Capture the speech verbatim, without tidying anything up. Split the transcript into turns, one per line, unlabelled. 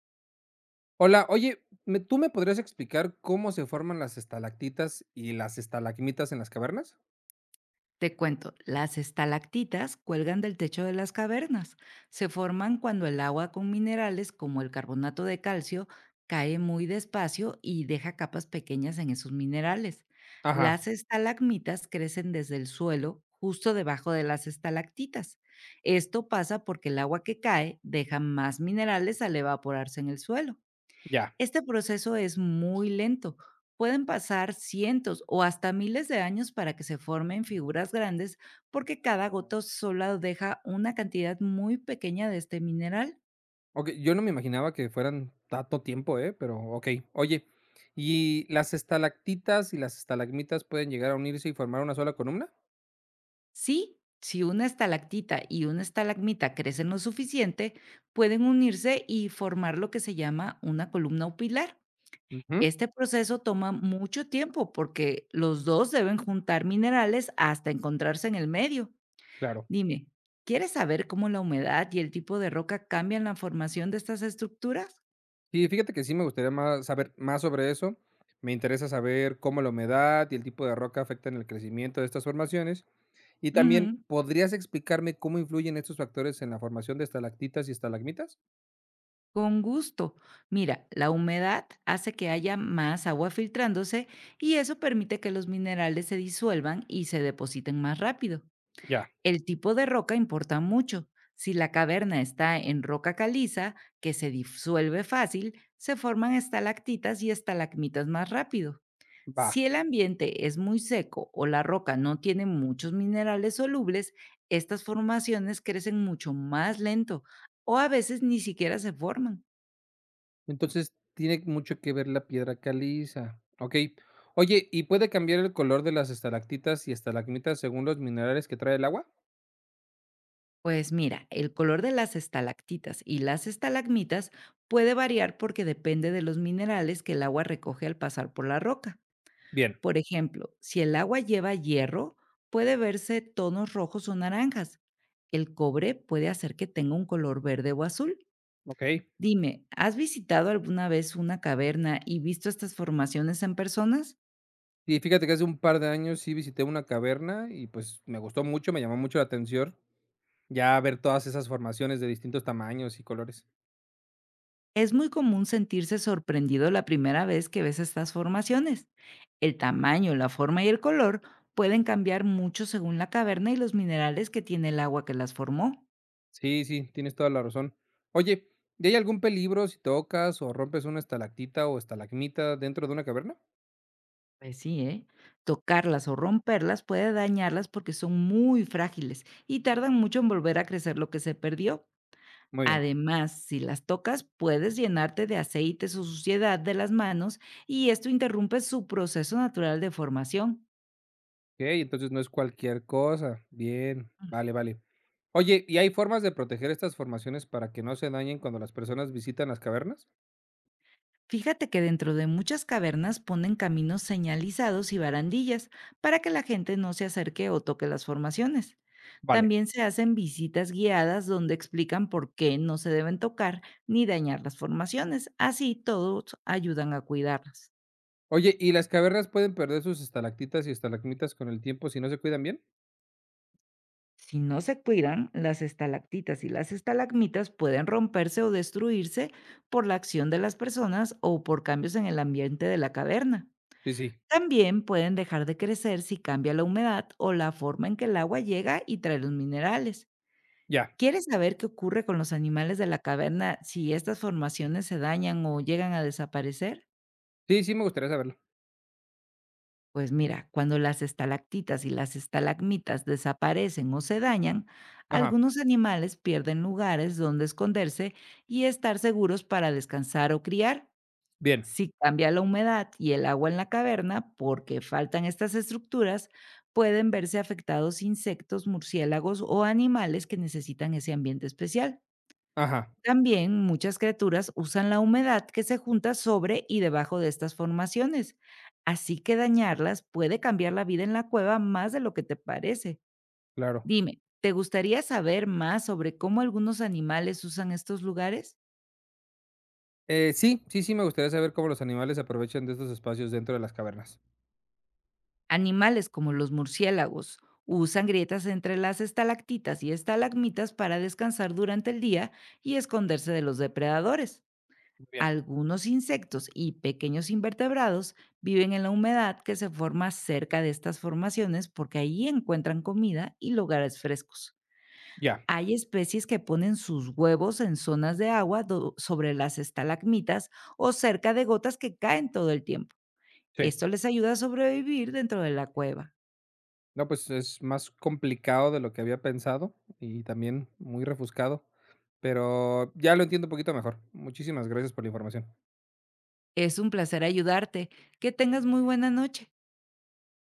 Hola, oye, ¿me- ¿tú me podrías explicar cómo se forman las estalactitas y las estalagmitas en las cavernas?
Te cuento, las estalactitas cuelgan del techo de las cavernas. Se forman cuando el agua con minerales como el carbonato de calcio cae muy despacio y deja capas pequeñas en esos minerales.
Ajá,
Las estalagmitas crecen desde el suelo justo debajo de las estalactitas. Esto pasa porque el agua que cae deja más minerales al evaporarse en el suelo.
ya.
Este proceso es muy lento. Pueden pasar cientos o hasta miles de años para que se formen figuras grandes porque cada gota solo deja una cantidad muy pequeña de este mineral.
Ok, yo no me imaginaba que fueran tanto tiempo, ¿eh? Pero ok, oye, ¿y las estalactitas y las estalagmitas pueden llegar a unirse y formar una sola columna?
Sí, si una estalactita y una estalagmita crecen lo suficiente, pueden unirse y formar lo que se llama una columna o pilar.
Ujú,
Este proceso toma mucho tiempo porque los dos deben juntar minerales hasta encontrarse en el medio.
claro.
Dime, ¿quieres saber cómo la humedad y el tipo de roca cambian la formación de estas estructuras?
Sí, fíjate que sí me gustaría más saber más sobre eso. Me interesa saber cómo la humedad y el tipo de roca afectan el crecimiento de estas formaciones. Y también,
Ujú,
¿podrías explicarme cómo influyen estos factores en la formación de estalactitas y estalagmitas?
con gusto. Mira, la humedad hace que haya más agua filtrándose y eso permite que los minerales se disuelvan y se depositen más rápido.
Ya,
El tipo de roca importa mucho. Si la caverna está en roca caliza, que se disuelve fácil, se forman estalactitas y estalagmitas más rápido.
va.
Si el ambiente es muy seco o la roca no tiene muchos minerales solubles, estas formaciones crecen mucho más lento o a veces ni siquiera se forman.
Entonces, tiene mucho que ver la piedra caliza. Ok. Oye, ¿y puede cambiar el color de las estalactitas y estalagmitas según los minerales que trae el agua?
Pues mira, el color de las estalactitas y las estalagmitas puede variar porque depende de los minerales que el agua recoge al pasar por la roca.
Bien,
Por ejemplo, si el agua lleva hierro, puede verse tonos rojos o naranjas. El cobre puede hacer que tenga un color verde o azul.
ok.
Dime, ¿has visitado alguna vez una caverna y visto estas formaciones en personas?
Y fíjate que hace un par de años sí visité una caverna y pues me gustó mucho, me llamó mucho la atención ya ver todas esas formaciones de distintos tamaños y colores.
Es muy común sentirse sorprendido la primera vez que ves estas formaciones. El tamaño, la forma y el color pueden cambiar mucho según la caverna y los minerales que tiene el agua que las formó.
Sí, sí, tienes toda la razón. Oye, ¿y hay algún peligro si tocas o rompes una estalactita o estalagmita dentro de una caverna?
Pues sí, ¿eh? Tocarlas o romperlas puede dañarlas porque son muy frágiles y tardan mucho en volver a crecer lo que se perdió.
Muy bien.
Además, si las tocas, puedes llenarte de aceites o suciedad de las manos y esto interrumpe su proceso natural de formación.
Ok, entonces no es cualquier cosa. Bien, vale, vale. Oye, ¿y hay formas de proteger estas formaciones para que no se dañen cuando las personas visitan las cavernas?
Fíjate que dentro de muchas cavernas ponen caminos señalizados y barandillas para que la gente no se acerque o toque las formaciones.
Vale.
También se hacen visitas guiadas donde explican por qué no se deben tocar ni dañar las formaciones. Así todos ayudan a cuidarlas.
Oye, ¿y las cavernas pueden perder sus estalactitas y estalagmitas con el tiempo si no se cuidan bien?
Si no se cuidan, las estalactitas y las estalagmitas pueden romperse o destruirse por la acción de las personas o por cambios en el ambiente de la caverna.
Sí, sí,
También pueden dejar de crecer si cambia la humedad o la forma en que el agua llega y trae los minerales.
ya.
¿Quieres saber qué ocurre con los animales de la caverna si estas formaciones se dañan o llegan a desaparecer?
Sí, sí, me gustaría saberlo.
Pues mira, cuando las estalactitas y las estalagmitas desaparecen o se dañan,
Ajá,
algunos animales pierden lugares donde esconderse y estar seguros para descansar o criar.
bien.
Si cambia la humedad y el agua en la caverna porque faltan estas estructuras, pueden verse afectados insectos, murciélagos o animales que necesitan ese ambiente especial.
Ajá,
También muchas criaturas usan la humedad que se junta sobre y debajo de estas formaciones, así que dañarlas puede cambiar la vida en la cueva más de lo que te parece.
claro.
Dime, ¿te gustaría saber más sobre cómo algunos animales usan estos lugares?
Eh, sí, sí, sí, me gustaría saber cómo los animales aprovechan de estos espacios dentro de las cavernas.
Animales como los murciélagos usan grietas entre las estalactitas y estalagmitas para descansar durante el día y esconderse de los depredadores.
Muy bien.
Algunos insectos y pequeños invertebrados viven en la humedad que se forma cerca de estas formaciones porque ahí encuentran comida y lugares frescos.
Ya,
Hay especies que ponen sus huevos en zonas de agua do- sobre las estalagmitas o cerca de gotas que caen todo el tiempo.
sí.
Esto les ayuda a sobrevivir dentro de la cueva.
No, pues es más complicado de lo que había pensado y también muy refuscado, pero ya lo entiendo un poquito mejor. Muchísimas gracias por la información.
Es un placer ayudarte. Que tengas muy buena noche.